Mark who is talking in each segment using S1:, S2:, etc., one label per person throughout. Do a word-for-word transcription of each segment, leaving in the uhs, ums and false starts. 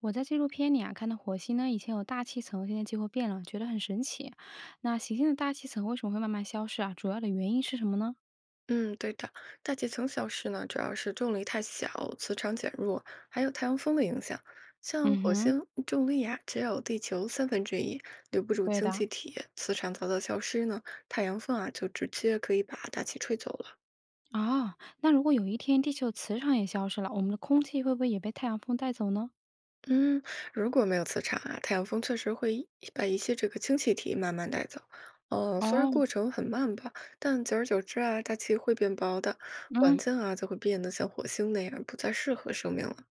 S1: 我在纪录片里啊看到火星呢，以前有大气层，现在几乎变了，觉得很神奇。那行星的大气层为什么会慢慢消失啊？主要的原因是什么呢？
S2: 嗯，对的，大气层消失呢，主要是重力太小、磁场减弱，还有太阳风的影响。像
S1: 嗯
S2: 火
S1: 哼，
S2: 星重力呀、只有地球三分之一，留不住
S1: 对
S2: 氢
S1: 的。
S2: 气体，磁场早早消失呢，太阳风啊就直接可以把大气吹走了。
S1: 哦，那如果有一天地球磁场也消失了，我们的空气会不会也被太阳风带走呢？
S2: 嗯，如果没有磁场啊，太阳风确实会一把一些这个氢气体慢慢带走。呃，虽然
S1: 哦，
S2: 过程很慢吧，但久而久之啊，大气会变薄的，环
S1: 嗯
S2: 境啊就会变得像火星那样不再适合生命了。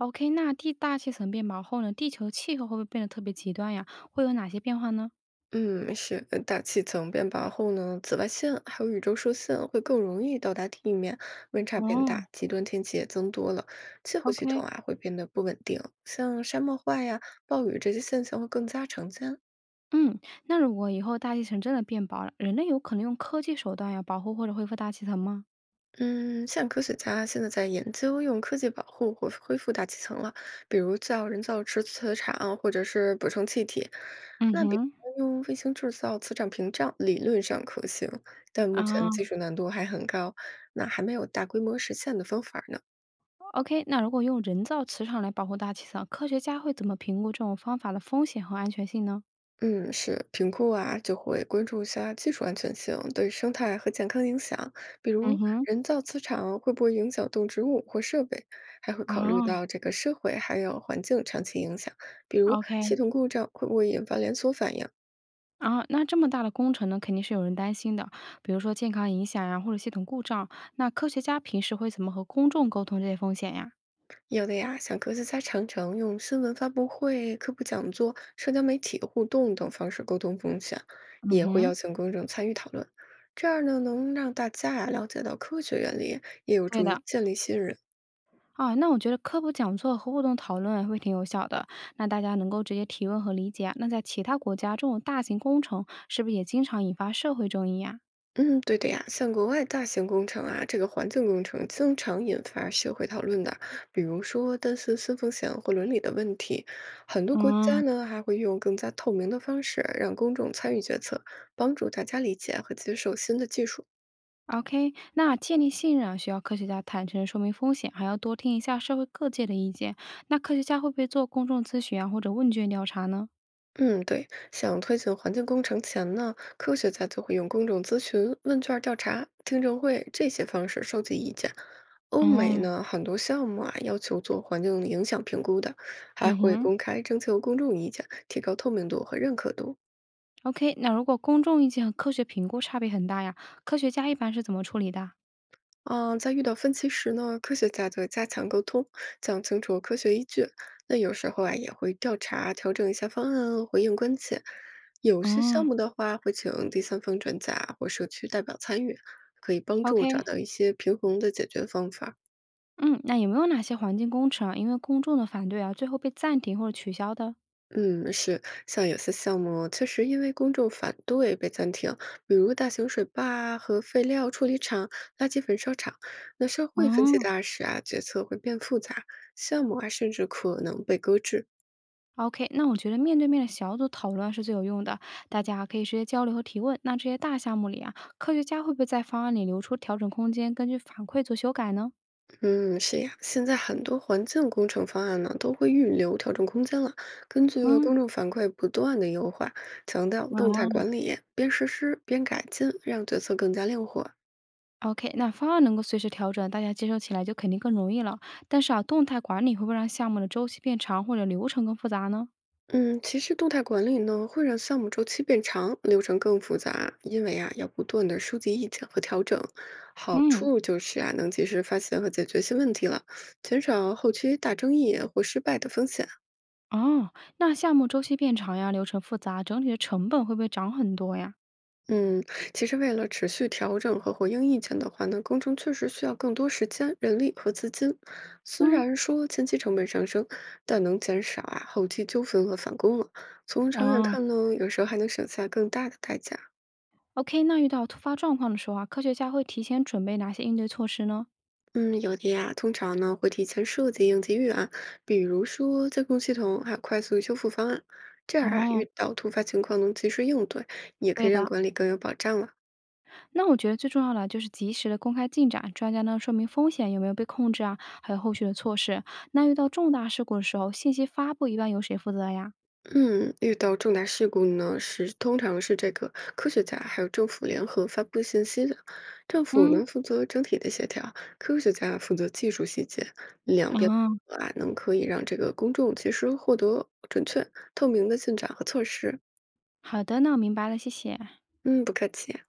S1: ，OK，那地大气层变薄后呢，地球气候会不会变得特别极端呀？会有哪些变化呢？
S2: 嗯，是，呃大气层变薄后呢，紫外线还有宇宙射线会更容易到达地面，温差变大，
S1: 哦
S2: 极端天气也增多了，气候系统
S1: ，OK，
S2: 啊会变得不稳定，像沙漠化呀、暴雨这些现象会更加常见。
S1: 嗯，那如果以后大气层真的变薄了，人类有可能用科技手段呀保护或者恢复大气层吗？
S2: 嗯，像科学家现在在研究用科技保护或恢复大气层了，比如造人造磁磁场或者是补充气体。
S1: 嗯
S2: 那比
S1: 哼。
S2: 如用卫星制造磁场屏障，理论上可行，但目
S1: 啊
S2: 前技术难度还很高，那还没有大规模实现的方法呢。
S1: ，OK，那如果用人造磁场来保护大气层，科学家会怎么评估这种方法的风险和安全性呢？
S2: 嗯，是评估啊，就会关注一下技术安全性对生态和健康影响，比
S1: 嗯
S2: 如
S1: 哼，
S2: 人造磁场会不会影响动植物或设备，还会考虑
S1: 啊，
S2: 到这个社会还有环境长期影响，比如
S1: o k。
S2: 系统故障会不会引发连锁反应。
S1: 啊，那这么大的工程呢，肯定是有人担心的，比如说健康影响呀，或者系统故障。那科学家平时会怎么和公众沟通这些风险呀？
S2: 有的呀，像科学家常常用新闻发布会、科普讲座、社交媒体互动等方式沟通风险，
S1: 嗯
S2: 也会
S1: 哼，
S2: 邀请公众参与讨论。这样呢，能让大家呀了解到科学原理，也有
S1: 对
S2: 助于
S1: 的。
S2: 建立信任。
S1: 啊，那我觉得科普讲座和互动讨论啊会挺有效的，那大家能够直接提问和理解啊。那在其他国家，这种大型工程是不是也经常引发社会争议呀？
S2: 嗯，对的呀，像国外大型工程啊，这个环境工程经常引发社会讨论的，比如说担心新风险或伦理的问题。很多国
S1: 嗯，
S2: 家呢还会用更加透明的方式让公众参与决策，帮助大家理解和接受新的技术。
S1: OK，那建立信任啊，需要科学家坦诚地说明风险，还要多听一下社会各界的意见。那科学家会不会做公众咨询啊，或者问卷调查呢？
S2: 嗯，对，像推进环境工程前呢，科学家就会用公众咨询、问卷调查、听证会这些方式收集意见，欧美
S1: 哦，
S2: 呢，很多项目啊要求做环境影响评估的，还
S1: 嗯
S2: 会
S1: 哼
S2: 公开征求公众意见，提高透明度和认可度。
S1: ，OK，那如果公众意见和科学评估差别很大呀，科学家一般是怎么处理的。
S2: 啊、在遇到分歧时呢，科学家就加强沟通，讲清楚科学依据。那有时候啊，也会调查调整一下方案，回应关切。有些项
S1: 嗯。
S2: 目的话，会请第三方专家或社区代表参与，可以帮
S1: o
S2: 助找
S1: k。
S2: 到一些平衡的解决方法。
S1: 嗯，那有没有哪些环境工程啊，因为公众的反对啊，最后被暂停或者取消的？
S2: 嗯，是，像有些项目确实因为公众反对被暂停，比如大型水坝啊和废料处理厂、垃圾焚烧厂。那社
S1: 哦，
S2: 会分歧大时啊，决策会变复杂，项目啊甚至可能被搁置。
S1: OK，那我觉得面对面的小组讨论是最有用的，大家可以直接交流和提问。那这些大项目里啊，科学家会不会在方案里留出调整空间，根据反馈做修改呢？
S2: 嗯，是呀，现在很多环境工程方案呢都会预留调整空间了，根据
S1: 嗯，
S2: 公众反馈不断的优化，强调动态
S1: 啊，
S2: 管理，边实施边改进，让决策更加灵活。
S1: ？OK，那方案能够随时调整，大家接受起来就肯定更容易了。但是啊，动态管理会不会让项目的周期变长，或者流程更复杂呢？
S2: 嗯，其实动态管理呢，会让项目周期变长，流程更复杂，因为啊，要不断的收集意见和调整。好
S1: 嗯，
S2: 处就是啊，能及时发现和解决新问题了，减少后期大争议或失败的风险。
S1: 哦，那项目周期变长呀，流程复杂，整体的成本会不会涨很多呀？
S2: 嗯，其实为了持续调整和回应意见的话呢，工程确实需要更多时间、人力和资金。虽
S1: 嗯，
S2: 然说前期成本上升，但能减少啊后期纠纷和返工了。从长远
S1: 哦
S2: 看呢，有时候还能省下更大的代价。
S1: ，OK，那遇到突发状况的时候啊，科学家会提前准备哪些应对措施呢？
S2: 嗯，有的呀，通常呢会提前设计应急预案，比如说监控系统，还有快速修复方案，这样啊，
S1: 哦，
S2: 遇到突发情况能及时应对，也可
S1: 对
S2: 以让
S1: 的。
S2: 管理更有保障了。
S1: 那我觉得最重要的就是及时的公开进展，专家呢说明风险有没有被控制啊，还有后续的措施。那遇到重大事故的时候，信息发布一般由谁负责呀？
S2: 嗯，遇到重大事故呢，是通常是这个科学家还有政府联合发布信息的，政府
S1: 嗯，
S2: 能负责整体的协调，科学家负责技术细节，两边
S1: 啊、
S2: 啊能可以让这个公众及时获得准确、透明的进展和措施。
S1: 好的，那我明白了，谢谢。
S2: 嗯，不客气。